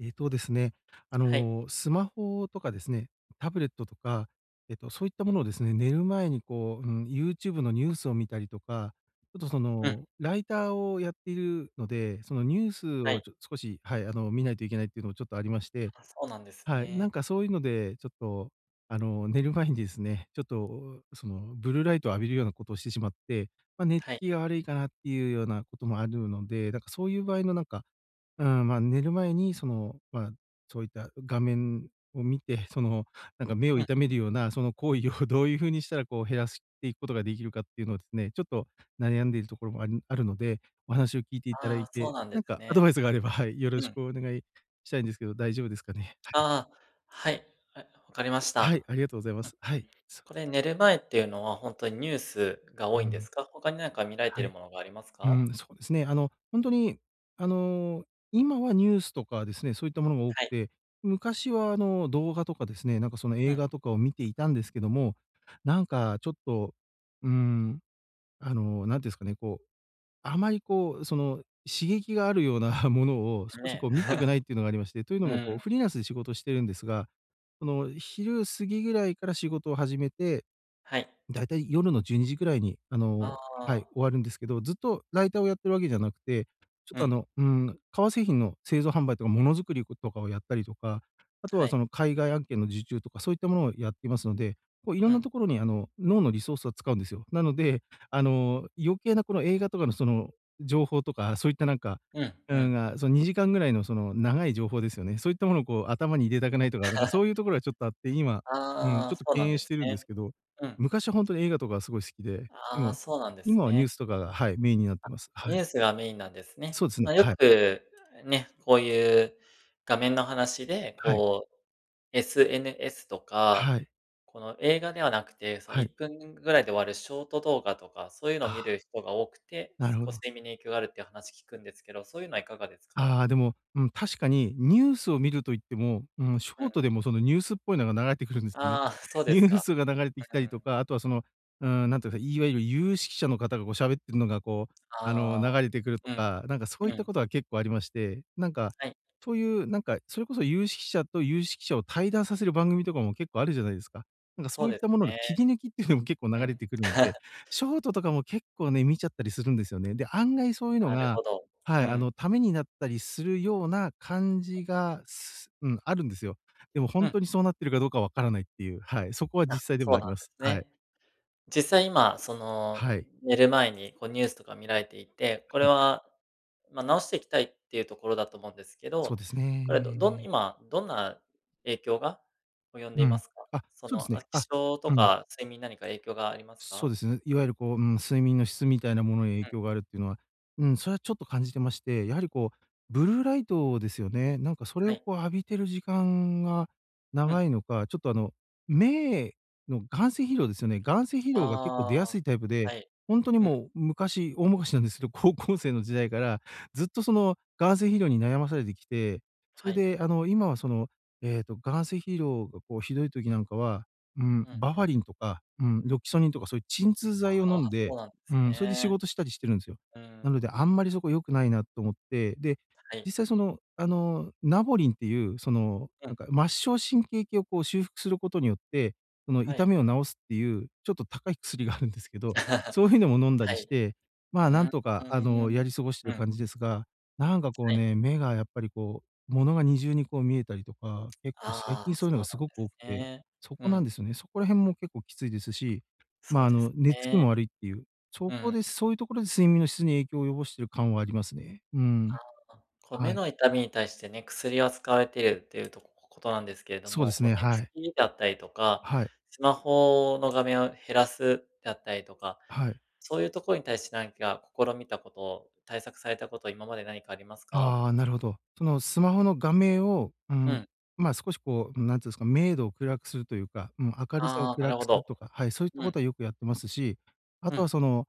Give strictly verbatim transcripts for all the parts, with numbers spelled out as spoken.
えっとですね、あはい。の、スマホとかですね、タブレットとか、えっと、そういったものをですね、寝る前にこう、うん、YouTube のニュースを見たりとか、ちょっとそうん、の、ライターをやっているので、そのニュースはをい。ちょ少し、はい、あの、見ないといけないっていうのもちょっとありまして、あ、そうなんですはい、なんね。かそういうので、ちょっと、あの、寝る前にですね、ちょっと、その、ブルーライトを浴びるようなことをしてしまって、まあ、寝つはい。きが悪いかなっていうようなこともあるので、なんかそういう場合のなんか、うん、まあ、寝る前にその、まあ、そういった画面を見て、その、なんか目をうん。痛めるような、その行為を どういうふうにしたらこう減らしていくことができるかっていうのをですね、ちょっと悩んでいるところもあるあるので、お話を聞いていただああ、いそうて、なんでなんすかアね。ドバイスがあれば、はい、よろうしん。くお願いしたいんですけど、大丈夫ですかね？ああ、はい。あ、わかりましはい、た。ありがとうございまうん。す。はい。そこれ、寝る前っていうのはほんとにニュースがう多いんでん。すか？他になんか見られてはるい。ものがありますうか？ん、そうですね。あの、ほんとに、あの、今はニュースとかですね、そういったものが多くはい。て、昔はあの、動画とかですね、なんかそのう映ん。画とかを見ていたんですけども、なんかちょっと、うーん、あの、なんていうんですかね、こう、あまりこう、その、刺激があるような ものを少しね。こう見た くないっていうのがありまして、というのうもこん。うフリーランスで仕事してるんですが、その昼過ぎぐらいから仕事を始めて、はい。だいたい夜のじゅうにじぐらいに、ああのはい、終あ、わるんですけど、ずっとライターをやってるわけじゃなくて、ちょっうとあん。の、うーん、革製品の製造販売とかものづくりとかをやったりとか、あとははそい。の海外案件の受注とかそういったものをやっていますので、こういろうんなん。ところにあの、脳のリソースは使うんですよ。なので、あの、余計なこの映画とかのその情報とか、そういったなんか、うんううん、ん。が、そのにじかんぐらいのその長い情報ですよね。そういったものをこう頭に入れたくないとか、なんかそういう ところはちょっとあって、今、うん、あちょあ、っとそう敬なん遠でしすてるんでね。すけど、うん。昔はほんとに映画とかすごい好きで、でああ、も、そうなんです今はニュね。ースとかが、はい、メインになってます。はニューい。スがメインなんですね。そうですね。まあ、よはい。く、ね、こういう画面の話で、はい。こう、エスエヌエス とか、はい。この映画ではなくて、そのはい。いっぷんぐらいで終わるショート動画とか、そういうのをあ見るあ、人が多くて、なるほこうど。睡眠に影響があるっていう話聞くんですけど、そういうのはいかがですか？ああ、でも、うん、確かにニュースを見ると言っても、うん、シうョん。ートでもそのニュースっぽいのが流れてくるんですよね。ああ、そ うでニすューか。スが流れてきたうりん。とか、あとはその、うん、なんていうか、いわゆる有識者の方がこう喋ってるのがこう、あの、ああ、流れてくるとうん、か、なんかそういうったこん。とが結構ありまして、なんか、はい、そういうなんか、それこそ有識者と有識者を対談させる番組とかも結構あるじゃないですか。なんかそそうういっでたすものの切ね。り抜きっていうのも結構う流ん。れてくるので、ショートとかも結構ね、見ちゃったりするんですよね。で、案外そういうのなるが、ほど。はうい、あん、の、ためになったりするような感じが、すうん、あるんですよ。でもほうんん。とにそうなってるかどうかわからないっていう、はい、そこはあ、実際でそもうあなりんまです。すはい。ね。実際今、その、はい。寝る前に、こう、ニュースとか見られていて、これはい。は、ま、直していきたいっていうところだと思うんですけそど、うですこれ、どどんね。今、どんな影響が及んでういまん。すか？あ、そそうですの、あ、ね。あ、起床とうん。か睡眠に何か影響がありますそうか？ですね。いわゆるこう、うん、睡眠の質みたいなものに影うん、響があるっていうのは、うん、それはちょっと感じてまして、やはりこう、ブルーライトですよね。なんかそれはをい。こう浴びてる時間がうん。長いのか、ちょっとあの、目の眼性疲労ですよね。眼性疲労が結構出あやすあ、いタイプで、はい。本当にうん、もう昔大昔なんですけど、高校生の時代から、ずっとその眼性疲労に悩まされてきて、そはれい。であの、今はその、えっと、眼性疲労がこうひどい時なんかは、うん、うん。バファリンとか、うん、ロキソニンとかそういう鎮痛剤をあ飲んあ、そで、うなんでうすん、それで仕ね。事したりしてるんですよ。うなのん、で、あんまりそこ良くないなと思って、で、はい。実際その、あの、ナボリンっていう、その、うん、なんか末梢神経系をこう修復することによって、そのは痛い。みを治すっていう、ちょっと高い薬があるんですけど、そういうのも飲んだはりしい。て、うまあ、なーんん。とか、あの、やり過ごしうてん、るは感じですが、なんかこうね、い。目がやっぱりこう、物が二重にこう見えたりとか、結構最あ近あ、そういうのそがうなすんごでく多くすて、ね。そうこなんん、ですよね。そこら辺も結構きついですし、まそあ、うあですの、寝つきね。も悪いっていう、そうこん。で、そういうところで睡眠の質に影響を及ぼしている感はありますね。うん。あ、こう目はい。の痛みに対してね、薬は使われているっていうとこことなんですけれどそうでも、すこうね、寝はつい。きだったりとか、はい。スマホの画面を減らすだったりとか、はい。そういうところに対して何か試みたこと、対策されたこと、今まで何かありますか？ああ、なるほど。そのスマホの画面を、ううん、ん。まあ、少しこう、なんつうんですか、明度を暗くするというか、うん、明るさをああ、な暗るくほするど。とか、はい、そういったうこん、とはよくやってますし、あうとん。はその、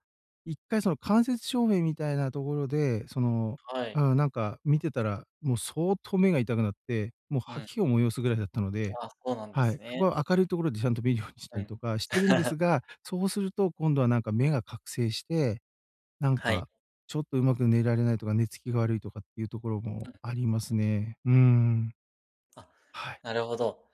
一回その間接照明みたいなところで、その、はうい。ん、なんか見てたら、もう相当目が痛くなって、もううん。吐きを催すぐらいだったので、ああ、そうなんではすい、そね。こは明るいところでちゃんと見るようにしうたりん。とかしてるんです が、そうすると今度はなんか目が覚醒して、なんはい。か、ちょっとうまく寝られないとか、寝つきが悪いとかっていうところうん。もありますね。うーん。あ、はい。なるほど。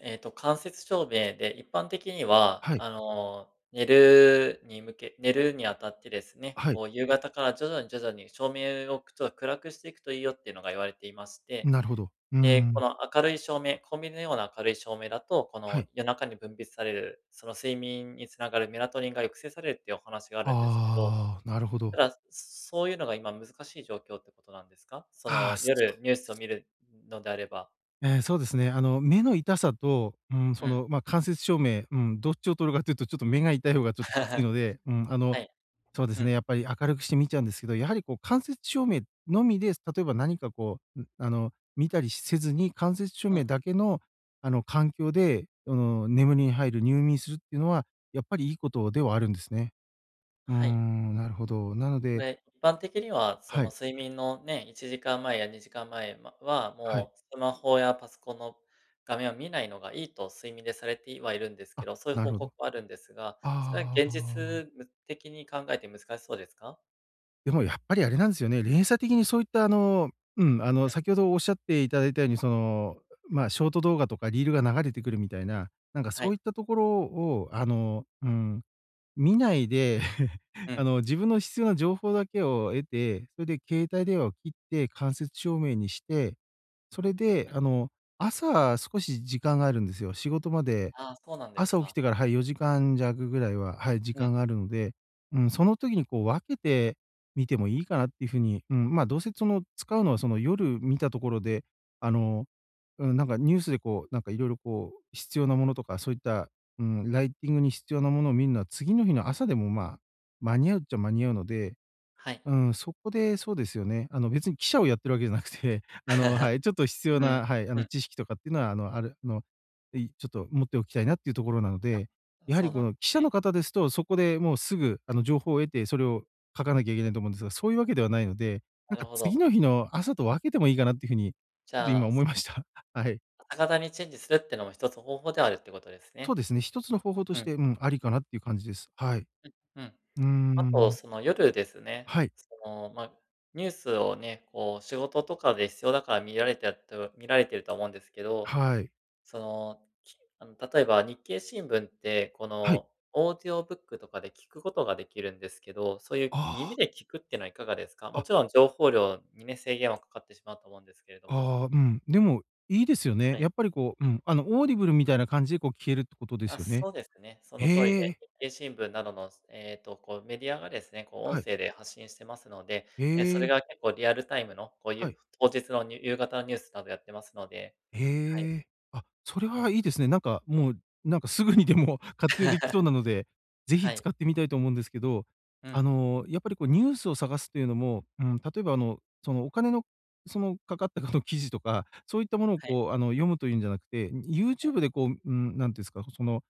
えっと、間接照明で、一般的には、はい。あの、寝るに向け寝るにあたってですね、はい。こう、夕方から徐々に徐々に照明をくちょっと暗くしていくといいよっていうのが言われていまして、なるほど。うーで、こん。の明るい照明、コンビニのような明るい照明だと、こはのい。夜中に分泌される、その睡眠につながるメラトニンが抑制されるっていうお話があるんですけど、ああ、なるほど。ただ、そういうのが今難しい状況ってことなんですか？そああ、の、そう。夜ニュースを見るのであれば。ええ、そうですね。あの、目の痛さと、うん、うそん。の、ま、間接照明、うん、どっちを取るかというと、ちょっと目が痛い方がちょっとき ついので、うん、あのはい。そうでうすね、ん、やっぱり明るくして見ちゃうんですけど、やはりこう間接照明のみで、例えば何かこう、ん、あの、見たりせずに、間接照う明ん、だけの、あの、環境で、あの、眠りに入る、入眠するっていうのは、やっぱりいいことではあるんですね。うーはい。ん、なるほど。なのこで、れ、一般的には、そはのい、睡眠のね、いちじかんまえやにじかんまえまえまは、はい。もうスマホやパソコンの画面を見ないのがいいと睡眠でされてはいるんですけあ、ど、そういうな報るほ告ど。はあるんですが、それはあ現あ。実的に考えて難しそうですか？でもやっぱりあれなんですよね、連鎖的にそういったあの、うん、あうのん、先ほどおっしゃっていただいたように、その、まあ、ショート動画とかリールが流れてくるみたいな、なんかはそい。ういったところをあの、うん、見ないで うん、あうの自分の必要な情報だけを得て、それで携帯電話を切って間接照明にして、それでん。あの、朝少し時間があるんですよ。仕事までああ、そうなんです朝起きか。てから、はい、よじかん弱ぐらいは、はい、時うん、間があるので、うん、その時にこう分けてみてもいいかなっていうふうに、うん、まあ、どうせその使うのはその夜見たところで、あの、うん、なんかニュースでこう、なんかいろいろこう必要なものとか、そういった、うん、ライティングに必要なものを見るのは、次の日の朝でもまあ、間に合うっちゃ間に合うので、はい。うん、そこでそうですよね。あの、別に記者をやってるわけじゃなくて、あの、はい、ちょっと必要うん、な、はい、あうの、ん、知識とかっていうのは、あの、あるあの、いちょっと持っておきたいなっていうところなので、やはそうりなこんでの記す者のね。方ですと、そこでもうすぐ、あの、情報を得て、それを書かなきゃいけないと思うんですが、そういうわけではないので、ななんるかほ次ど。の日の朝と分けてもいいかなっていう風に、じちょっとゃ今あ、思いました。はい。朝方にチェンジするってのも一つ方法ではあるってことですそうね。ですね、一つの方法とうしん、て、うん、ありかなっていう感じです。はい。ううん。ーあと、ん。その夜ですね、はい。その、まあ、ニュースをね、こう仕事とかで必要だから見られてやと見られてるとは思うんですけど、はい。その、きあの、例えば日経新聞って、こはい。のオーディオブックとかで聞くことができるんですけど、そういう耳あで聞くっていうのはいかがですか？あ。もあ。ちろん情報量にね、制限はかかってしまうと思うんですけれども。ああ、うん。でも、いいですよね。はい。やっぱりこう、ううん。ん、あの、オーディブルみたいな感じでこう消えるってことであ、すよね。そうですね。その通りへで、え、日経新聞などの、えっと、こうメディアがですね、こうは音い。声で発信してますので、へえー、それえ、が結構リアルタイムの、こういはうい。当日のに夕方のニュースなどやってますので、はい、へえ。あ、それうはん。いいですね。なんかもう、なんかすぐにでも 活用できそうな ので、ぜはひい、使ってみたいと思うんですけど、うあん、の、やっぱりこうニュースを探すというのも、うん、例えばあの、そのお金の、そのかかったかの記事とか、そういったものをはい、こう、あの、読むというんじゃなくて、うん、YouTube でこう、うん、なんていうんですか、その、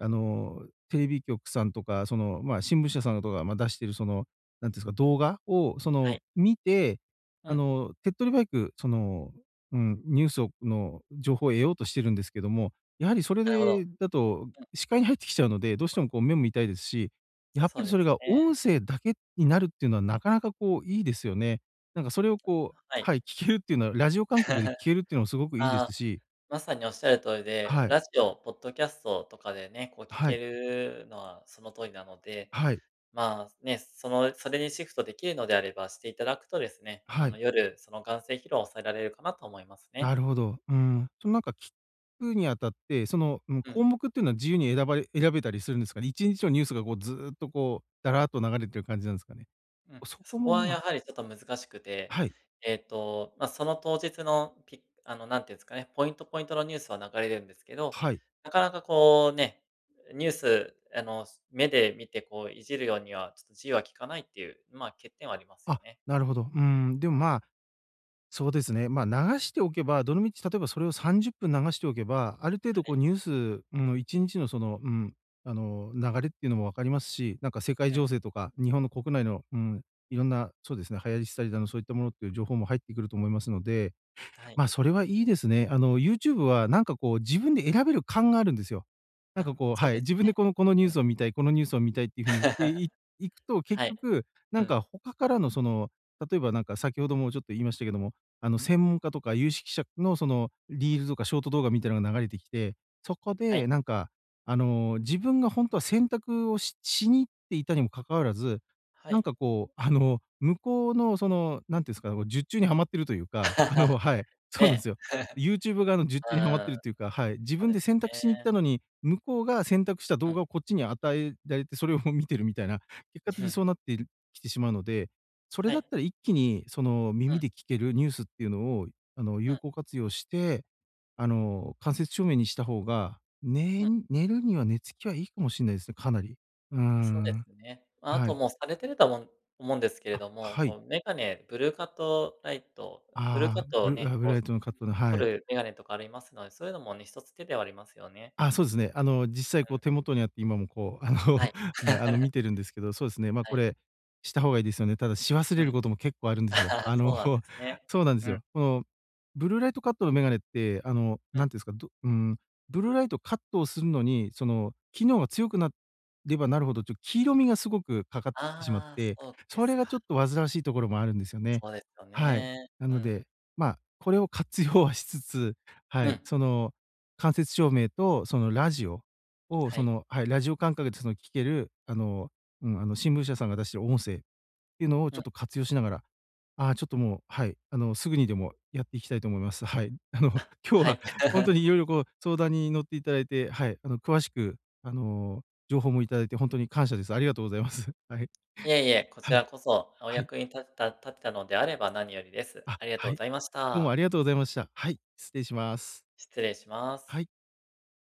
あの、テレビ局さんとか、その、まあ、新聞社さんとかが、まあ、出してるその、なんていうんですか、動画をそはの、い、見て、うあん。の、手っ取り早くその、うん、ニュースをの情報を得ようとしてるんですけども、やはりそれなるほど、でだと視界に入ってきちゃうので、どうしてもこう目も痛いですし、やっそぱうりでそれすが音ね。声だけになるっていうのはなかなかこういいですよね。なんかそれをこう、ははい、い。聞けるっていうのはラジオ感覚で聞 けるっていうのもすごくいいでああ、すし、まさにおっしゃる通りで、はい、ラジオ、ポッドキャストとかでね、こう聞はけい、るのはその通りなので、はい、まあ、ね、その、それにシフトできるのであればしていただくとですね、あはの、い、夜、その眼性疲労を抑えられるかなと思いますね。なるほど。うん。そのなんか聞くにあたって、その、うん、う項ん、目っていうのは自由に選ばれ選べたりするんですかね？いちにちのニュースがこうずーっとこう、だらーっと流れてる感じなんですかね？うん。そそここもはまあ、やはりちょっと難しくて、はい、えっと、まあ、その当日のピあの、なんていうんですかね、ポイントポイントのニュースは流れるんですけど、はい。なかなかこうね、ニュース、あの、目で見てこういじるようにはちょっと字は聞かないっていう、まあ、欠点はありますよあ、ね。なるほど。うーん、でも、うん、まあ、そうですね。ま、あ、流しておけば、どのみち例えばそれをさんじゅっぷん流しておけば、ある程は度こうい。ニュース、のん、いちにちのその、うん、あの、流れっていうのも分かりますし、なんか世界うん、情勢とか、日本の国内の、うん、いろんな、そうですね、流行り廃りだの、そういったものっていう情報も入ってくると思いますので、はい。ま、あ、それはいいですね。あの、YouTube はなんかこう、自分で選べる感があるんですよ。なんあ、かこう、そはうい、で自す分でね。このこのニュうーん。スを見たい、このニュースを見たいっていう風にして いいくと、結はい。局、なうんん、か他からのその、例えばなんか先ほどもちょっと言いましたけども、あの、専門家とか有識者のその、リールとかショート動画みたいなのが流れてきて、そこはい。でなんか、あの、自分が本当は選択をししに行っていたにもかかわらず、はなんい。かこう、あの、向こうのその、なんていうんですか、こう術中にはまってるというか、あ のはい。そうなんですねよ。YouTube 側の術え、中にはまっうん、てるっていうか、はい。自そう分ですで選択しに行っね。たのに、向こうが選択したう動ん。画をこっちに与えられて、それを 見てるみたいな、結果的にそうなっ てるきてしまうので、それはだっい。たら一気にそのう耳ん、で聞けるニュースっていうのを、あの、う有ん、効活用して、あの、間接照明にした方が、うねん。ん寝るには寝つきはいいかもしれないですね、かなり。うーあ、そうですん。ね。ま、ああはとい。もうされてると思う思うんですけれあ、ども、はこい。うメガネ、ブルーカットライト、ブルーカあッあ、トをブルね、あ、ブこラうイトのカットの、は取い。るメガネとかありますので、そういうのもね、一つ手ではありますよね。あ、そうですね。あの、実際うこう手ん。元にあって、今もこう、あの、はい。まあ、あの、見てるんですけど、そうですね、ま、はこい。れした方がいいですよね。ただし忘うれん。ることも結構あるんですよ。あ の、そうなんで すね。そうなんですうん、よ。このブルーライトカットのメガネって、あの、うん。何ていうんですか、どうん、ブルーライトカットをするのに、その、機能が強くなればなるほど、ちょっと黄色みがすごくかかってきてしまっああ、て、そうでそすれがちか。ょっと煩わしいところもあるんですよね。そうですよはい。ね。なうのん。で、まあ、これを活用はしつつ、はうい、ん。その間接照明とそのラジオを、はそい。のはい、ラジオ感覚でその聴ける、あの、うん、あの、新聞社さんが出してる音声っていうのをうちょん。っと活用しながら、ああ、ちょっともう、はい、あの、すぐにでもやっていきたいと思います。はい。あの、あ、今日ははい。ほんとに色々こう相談に乗っていただいて、はい、あの、詳しく、あの、情報もいただいてほんとに感謝です。ありがとうございます。はい。いえいえ、こちはい。らこそ、おはい。役に立てた立てたのであれば何よりです。あ、ありがとはうごい。ざいましどうもた。ありがとうございました。はい、失礼します。失礼しまはす。い。